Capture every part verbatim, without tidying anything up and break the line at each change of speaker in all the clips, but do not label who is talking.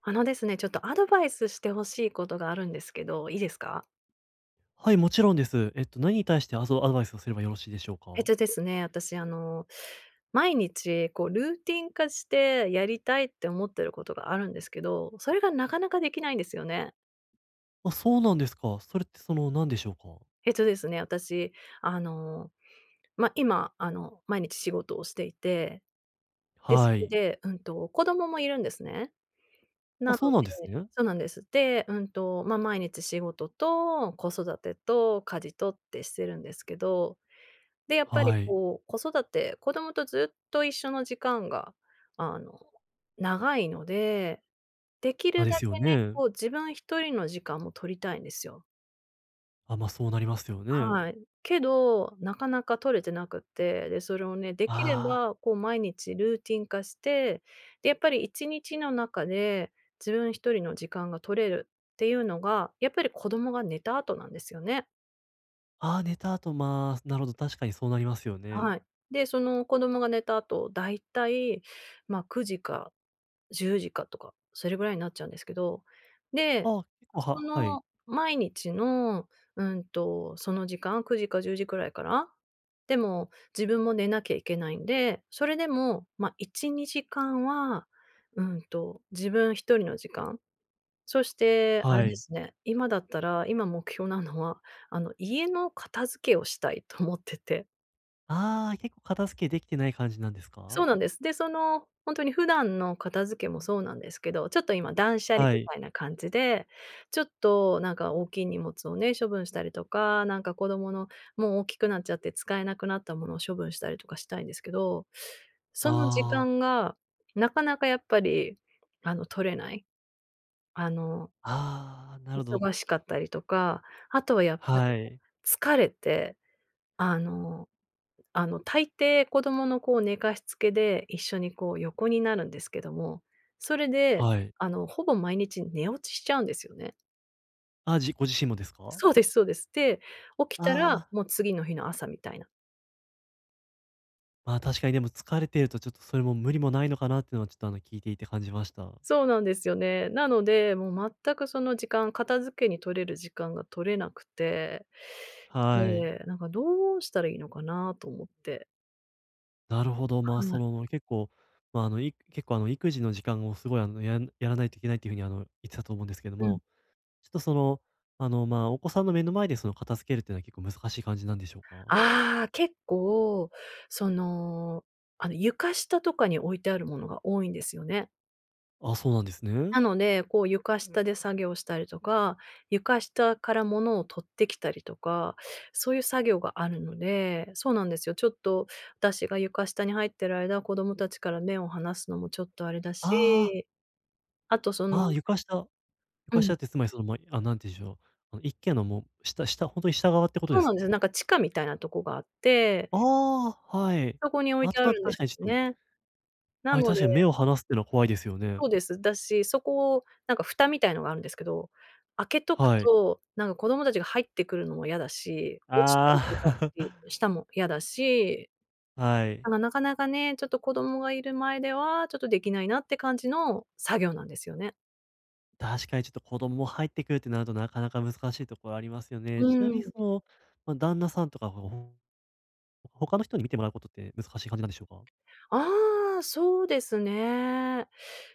あのですね、ちょっとアドバイスしてほしいことがあるんですけど、いいですか？
はい、もちろんです。えっと、何に対してアドアドバイスをすればよろしいでしょう
えっ
か？
とですね、私あの、毎日こうルーティン化してやりたいって思ってることがあるんですけど、それがなかなかできないんですよね。
あ、そうなんですか。それってその、何でしょうか？
えっとですね、私あの、ま、あ今あの、毎日仕事をしていて、で、そ
は
れ
い。
で、うんと、子供もいるんですね。な
あ、
の
そう
で
なんですね。
そうなんです。で、うんと、ま、あ毎日仕事と子育てと家事とってしてるんですけどで、やっぱり
はい。
こう、子育て子供とずっと一緒の時間が、あの、長いので、でき
あ、
る
で
だ
す
け
よ
ね、
ね。
こう自分一人の時間も取りたいんですよ。
あ、ま、あそうなりますよね。
はい。けど、なかなか取れてなくって、で、それをね、できれ
あ
ば、こう毎日ルーティン化して、で、やっぱりいちにちの中で自分一人の時間が取れるっていうのが、やっぱり子供が寝た後なんですよね。
あ、ああ、寝た後、まあ、なるほど、確かにそうなりますよね。
はい。で、その子供が寝た後、だいたい、まあ、くじかじゅうじかとか、それぐらいになっちゃうんですけど、で、
ああ、結構
そ
は、はい。
の毎日の、うんと、その時間、くじかじゅうじくらいから、でも自分も寝なきゃいけないんで、それでも、ま、いち、にじかんは、うんと、自分一人の時間、そしてあ
は
れで
い。
すね、今だったら、今目標なのは、あの、家の片付けをしたいと思ってて。
ああ、結構片付けできてない感じなんです
そう
か？
なんです。で、その、本当に普段の片付けもそうなんですけど、ちょっと今断捨離
は
み
い。
たいな感じで、ちょっとなんか大きい荷物をね、処分したりとか、なんか子供のもう大きくなっちゃって使えなくなったものを処分したりとかしたいんですけど、その時
ああ、
間がなかなかやっぱり、あの、取れない。あの、
ああ、なるほど。
忙しかったりとか、あとはやっぱり、
はい。
疲れて、あのあの、大抵子供のこう寝かしつけで一緒にこう横になるんですけども、それで、
はい。
あの、ほぼ毎日寝落ちしちゃうんですよね。
あ、じご自身もですか？
そうですそうです。で、起きたら
ああー。
もう次の日の朝みたいな。
まあ、確かにでも疲れているとちょっとそれも無理もないのかなっていうのはちょっとあの聞いていて感じました。
そうなんですよね。なので、もう全くその時間、片付けに取れる時間が取れなくて、
はい。
で、なんかどうしたらいいのかなと思って。
なるほど。まあ、
は
そ
い。
の結構、まあ、あの、い結構あの育児の時間をすごいあのやんやらないといけないっていうふうにあの言ってたと思うんですけど
うん。
も、ちょっとその、あの、まあ、お子さんの目の前でその片付けるっていうのは結構難しい感じなんでしょうか。
ああ、結構、その、あの、床下とかに置いてあるものが多いんですよね。
あ、そうなんですね。
なので、こう床下で作業したりとか、床下から物を取ってきたりとか、そういう作業があるので、そうなんですよ。ちょっと私が床下に入ってる間、子供たちから目を離すのもちょっとあれだ
あ
し、あとその
あ、ああ、床下、
う
床
ん、
下ってつまりその、まあ、あなんて言うんでしょう。あの一軒のもう下、下、本当に下側ってこと
そ
で
う
す
なん
か。
ですよ。なんか地下みたいなとこがあって、
ああー、はい。
そこに置い
あ
て
と
あ
だ
る
と
んで
確
す
かにち
よ
ょっと、
ね。な
はい、
の
確
で
かに目を離すっていうのは怖いですよね。
そうです。だし、そこをなんか蓋みたいのがあるんですけど、開けとく
はい。
と、なんか子供たちが入ってくるのも嫌だし、落ちたりとかっ
あ
て
あ、
したも嫌だし、
はい。
なんかなかなかね、ちょっと子供がいる前では、ちょっとできないなって感じの作業なんですよね。
確かにちょっと子供も入ってくるってなるとなかなか難しいところありますよ
う
ね。ちなみ
ん。
にその、まあ、旦那さんとか、ほほ他の人に見てもらうことって難しい感じなんでしょうか？
ああ、そうですね。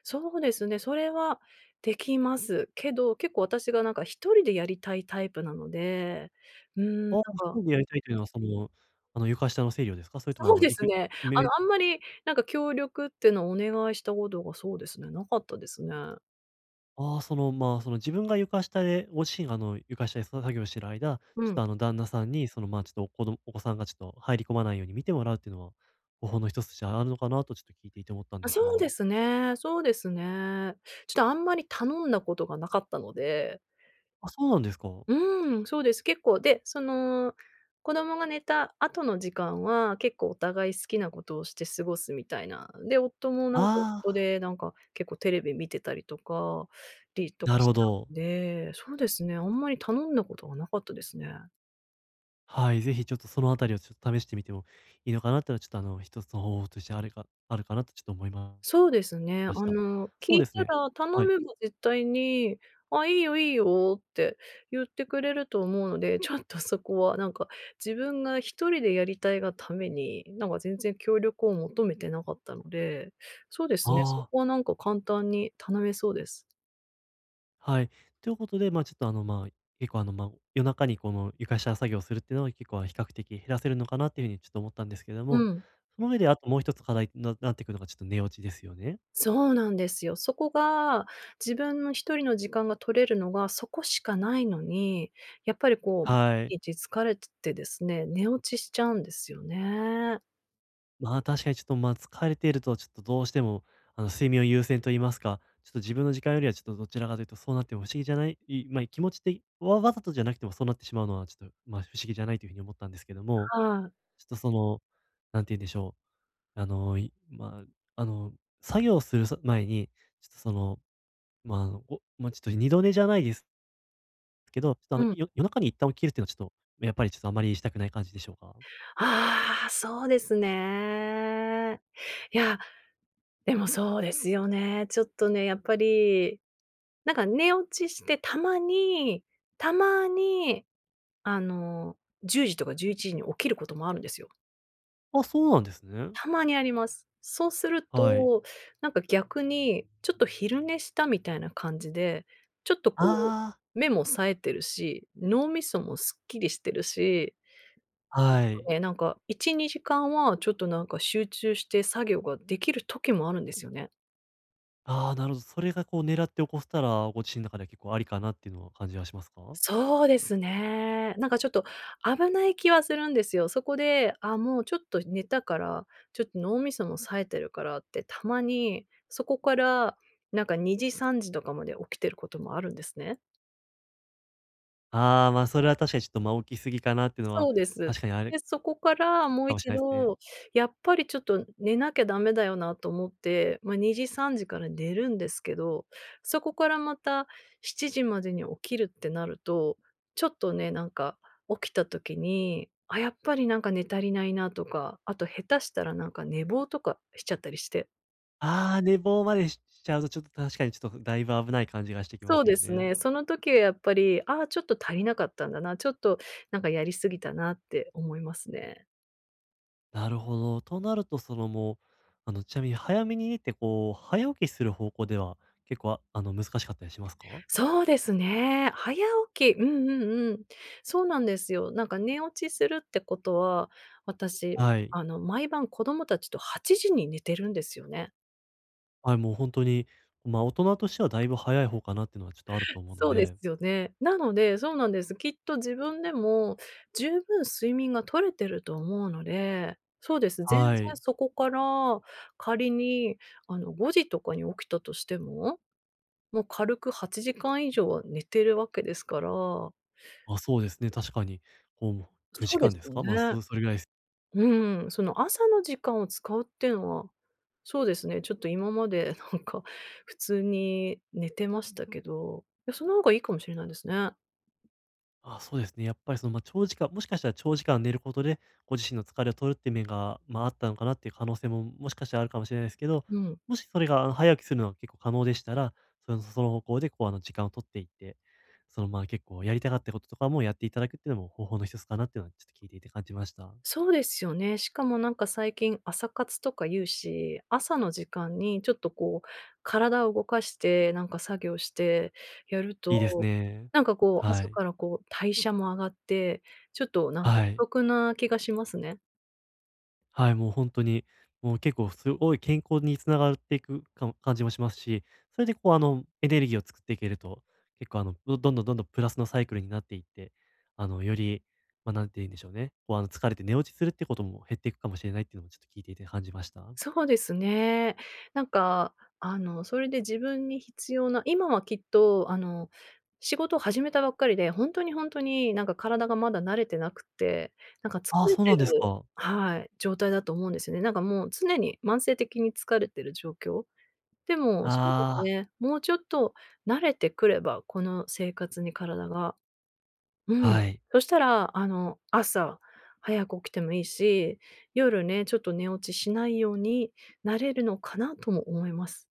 そうですね、それはできますけど、結構私がなんか一人でやりたいタイプなので、うーん、なん
ああ、
か
ひとりでやりたいというのはその、あの、床下の整理をですか？それともあ
そう
の、
で
行
す
く
ね。
め
あの、あんまりなんか協力っていうのをお願いしたことがそうですね、なかったですね。
ああ、その、まあ、その自分が床下で、ご自身があの床下でさ作業してる間、
う
ちょっと
ん。
あの旦那さんにその、まあ、ちょっとお子どお子さんがちょっと入り込まないように見てもらうっていうのは、方法の一つとしてあるのかなとちょっと聞いていて思ったん
あ、
ですが。
そうですね、そうですね。ちょっとあんまり頼んだことがなかったので、
あ、そうなんですか。
うん、そうです。結構、で、その、子供が寝た後の時間は、結構お互い好きなことをして過ごすみたいな。で、夫もなんか
あ
夫
あ、
で、なんか結構テレビ見てたりとか、リー とか
なる
し
ほ
た
ど。
んで、そうですね、あんまり頼んだことがなかったですね。
はい、ぜひちょっとそのあたりをちょっと試してみてもいいのかなってのは、ちょっとあの一つの方法としてあるかあるかなとちょっと思いま
そうですね。あ
した。
の、聞
そう
い
です
た
ね。
ら頼
はい。
めば絶対に「あ、いいよいいよ」って言ってくれると思うので、ちょっとそこはなんか、自分が一人でやりたいがために、なんか全然協力を求めてなかったので、そうですね、そ
あ
こ
あ。
はなんか簡単に頼めそうです。
はい。ということで、まあ、ちょっとあの、まあ、結構あの、まあ、夜中にこの床下作業をするっていうのは結構比較的減らせるのかなっていうふうにちょっと思ったんですけれど
う
も、
ん。
その上であともう一つ課題にななってくるのがちょっと寝落ちですよね。
そうなんですよ。そこが、自分の一人の時間が取れるのがそこしかないのに、やっぱりこう、
はい。
毎日疲れてですね、寝落ちしちゃうんですよね。
まあ確かにちょっとまあ疲れているとちょっとどうしてもあの睡眠を優先と言いますか、ちょっと自分の時間よりはちょっとどちらかというとそうなっても不思議じゃない、いまあ気持ちでわわざとじゃなくてもそうなってしまうのはちょっとまあ不思議じゃないというふうに思ったんですけども、
はい。
ちょっとその、なんて言うんでしょう。あの、いまあ、あの、作業するさ前に、ちょっとその、まあ、あの、ごまあ、ちょっと二度寝じゃないですけど、ちょっとあ
う
の、
ん。
よ夜中に一旦起きるっていうのはちょっと、やっぱりちょっとあまりしたくない感じでしょうか？
ああ、そうですね。いや、でもそうですよね。ちょっとね、やっぱり、なんか寝落ちして、たまにたまに、あの、じゅうじとかじゅういちじに起きることもあるんですよ。
あ、そうなんですね。
たまにあります。そうする
はい。
と、なんか逆に、ちょっと昼寝したみたいな感じで、ちょっとこ
ああ。
う、目も冴えてるし、脳みそもすっきりしてるし
はい。
ね、なんかいち、にじかんはちょっとなんか集中して作業ができる時もあるんですよね。
ああ、なるほど。それがこう狙って起こしたら、ご自身の中では結構ありかなっていうのは感じはしますか？
そうですね。なんかちょっと危ない気はするんですよ。そこで、あ、もうちょっと寝たから、ちょっと脳みそも冴えてるからってたまにそこからなんかにじさんじとかまで起きてることもあるんですね。
ああ、まあ、それは確かにちょっと、まあ、起きすぎかなっていうのは、
そうです。
確かにある
で、そこからもう
かもし
一
れないですね。
度、やっぱりちょっと寝なきゃダメだよなと思って、ま、にじ、さんじから寝るんですけど、そこからまたしちじまでに起きるってなると、ちょっとね、なんか起きた時に、あ、やっぱりなんか寝足りないなとか、あと下手したらなんか寝坊とかしちゃったりして。
ああ、寝坊までししちゃうとちょっと確かにちょっとだいぶ危ない感じがしてきま
そう
す
で
よ
す
ね。
ね、その時はやっぱり、ああ、ちょっと足りなかったんだな、ちょっとなんかやり過ぎたなって思いますね。
なるほど。となると、そのもう、あの、ちなみに早めに寝て、こう、早起きする方向では、結構、ああの、難しかったりしますか？
そうですね。早起きうんうんうん。そうなんですよ。なんか寝落ちするってことは、私、
はい。
あの、毎晩子供たちとはちじに寝てるんですよね。
はい、もう本当に、まあ、大人としてはだいぶ早い方かなっていうのはちょっとあると思うの
そうです
で。
よね。なので、そうなんです。きっと自分でも十分睡眠が取れてると思うので、そうです。全然
はい。
そこから仮に、あの、ごじとかに起きたとしても、もう軽くはちじかん以上は寝てるわけですから、
あ、そうですね、確かに。こう、
そ
9
うで
時間
す
です
よ
か？まあ、
ね。
そそれぐらい。
うん、その朝の時間を使うっていうのは、そうですね、ちょっと今までなんか普通に寝てましたけど、いや、その方がいいかもしれないですね。
あ、そうですね。やっぱりその、まあ、長時間もしかしたら長時間寝ることで、ご自身の疲れを取るっていう面が、まあ、あったのかなっていう可能性も、もしかしたらあるかもしれないですけど、
うん。
もしそれが、あの、早起きするのが結構可能でしたら、そのその方向でこう、あの、時間を取っていって、その、ま、結構やりたかったこととかもやっていただくっていうのも方法の一つかなっていうのは、ちょっと聞いていて感じました。
そうですよね。しかもなんか最近朝活とか言うし、朝の時間にちょっとこう体を動かして、なんか作業してやる
いいです
と、
ね。
なんかこう
は
朝
い。
からこう代謝も上がって、ちょっとなんか
は
お
い。
得な気がしますね。
はい、もう本当に、もう結構すごい健康に繋がっていくか感じもしますし、それでこう、あの、エネルギーを作っていけると、結構あの、どどんどんどんどんプラスのサイクルになっていって、あの、より、まあ、なんて言うんでしょうね、こう、あの、疲れて寝落ちするってことも減っていくかもしれないっていうのもちょっと聞いていて感じました。
そうですね。なんか、あの、それで自分に必要な今はきっと、あの、仕事を始めたばっかりで、本当に本当に、なんか体がまだ慣れてなくて、なんか疲
ああ、
れ
そう
て
なんです
る
か。
はい、状態だと思うんですよね。なんかもう常に慢性的に疲れてる状況。でも、そうです
あ
ね、もうちょっと慣れてくれば、この生活に体が。う
あ、
ん。
はい。
そしたら、あの、朝早く起きてもいいし、夜ね、ちょっと寝落ちしないようになれるのかなとも思います。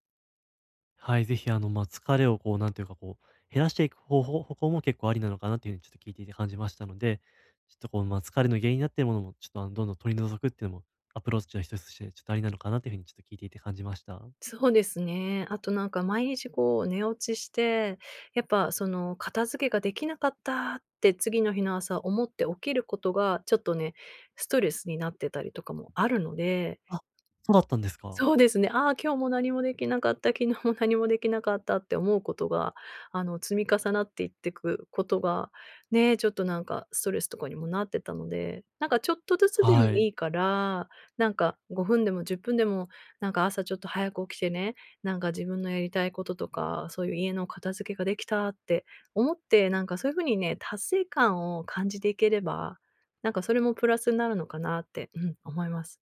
はい、ぜひあの、ま、あ疲れをこう、なんていうかこう、減らしていく方法方向も結構ありなのかなっていうふうにちょっと聞いていて感じましたので、ちょっとこう、ま、あ疲れの原因になっているものも、ちょっとあの、どんどん取り除くっていうのも、アプローチの一つとして、ちょっとありなのかなっていうふうにちょっと聞いていて感じました。
そうですね。あとなんか毎日こう寝落ちして、やっぱその片付けができなかったって次の日の朝思って起きることが、ちょっとね、ストレスになってたりとかもあるので
あ、そうだったんですか。
そうですね。ああ、今日も何もできなかった、昨日も何もできなかったって思うことが、あの、積み重なっていってくことが、ね、ちょっとなんかストレスとかにもなってたので、なんかちょっとずつで
は
も
い。
いいから、なんかごふんでもじゅっぷんでも、なんか朝ちょっと早く起きてね、なんか自分のやりたいこととか、そういう家の片付けができたって思って、なんかそういうふうにね、達成感を感じていければ、なんかそれもプラスになるのかなって、うん、思います。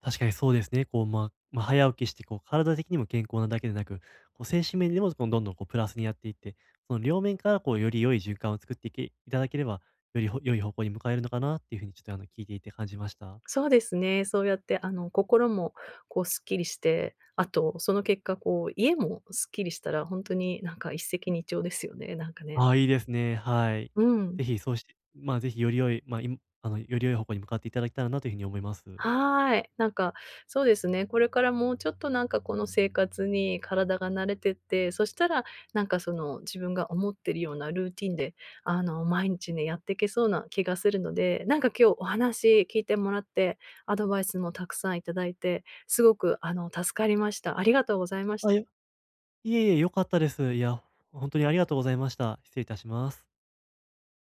確かにそうですね。こう、まあまあ、早起きしてこう、体的にも健康なだけでなく、こう、精神面でもこう、どんどんこう、プラスにやっていって、その両面からこう、より良い循環を作っていけいただければ、よりほ良い方向に向かえるのかなっていうふうにちょっとあの、聞いていて感じました。
そうですね。そうやって、あの、心もこうすっきりして、あと、その結果、こう、家もすっきりしたら、ほんとになんか一石二鳥ですよね、なんかね。
ああ、いいですね。はい。
うん。
ぜひそうしまあ、ぜひより良い、まあ、いあの、より良い方向に向かっていただけたらなというふうに思います。
はい。なんか、そうですね、これからもうちょっとなんかこの生活に体が慣れてって、そしたら、なんかその、自分が思ってるようなルーティンで、あの、毎日ね、やってけそうな気がするので、なんか今日お話聞いてもらって、アドバイスもたくさんいただいて、すごく、あの、助かりました。ありがとうございまし
あ、
た
よいえいえ、良かったです。いや、ほんとにありがとうございました。失礼いたします。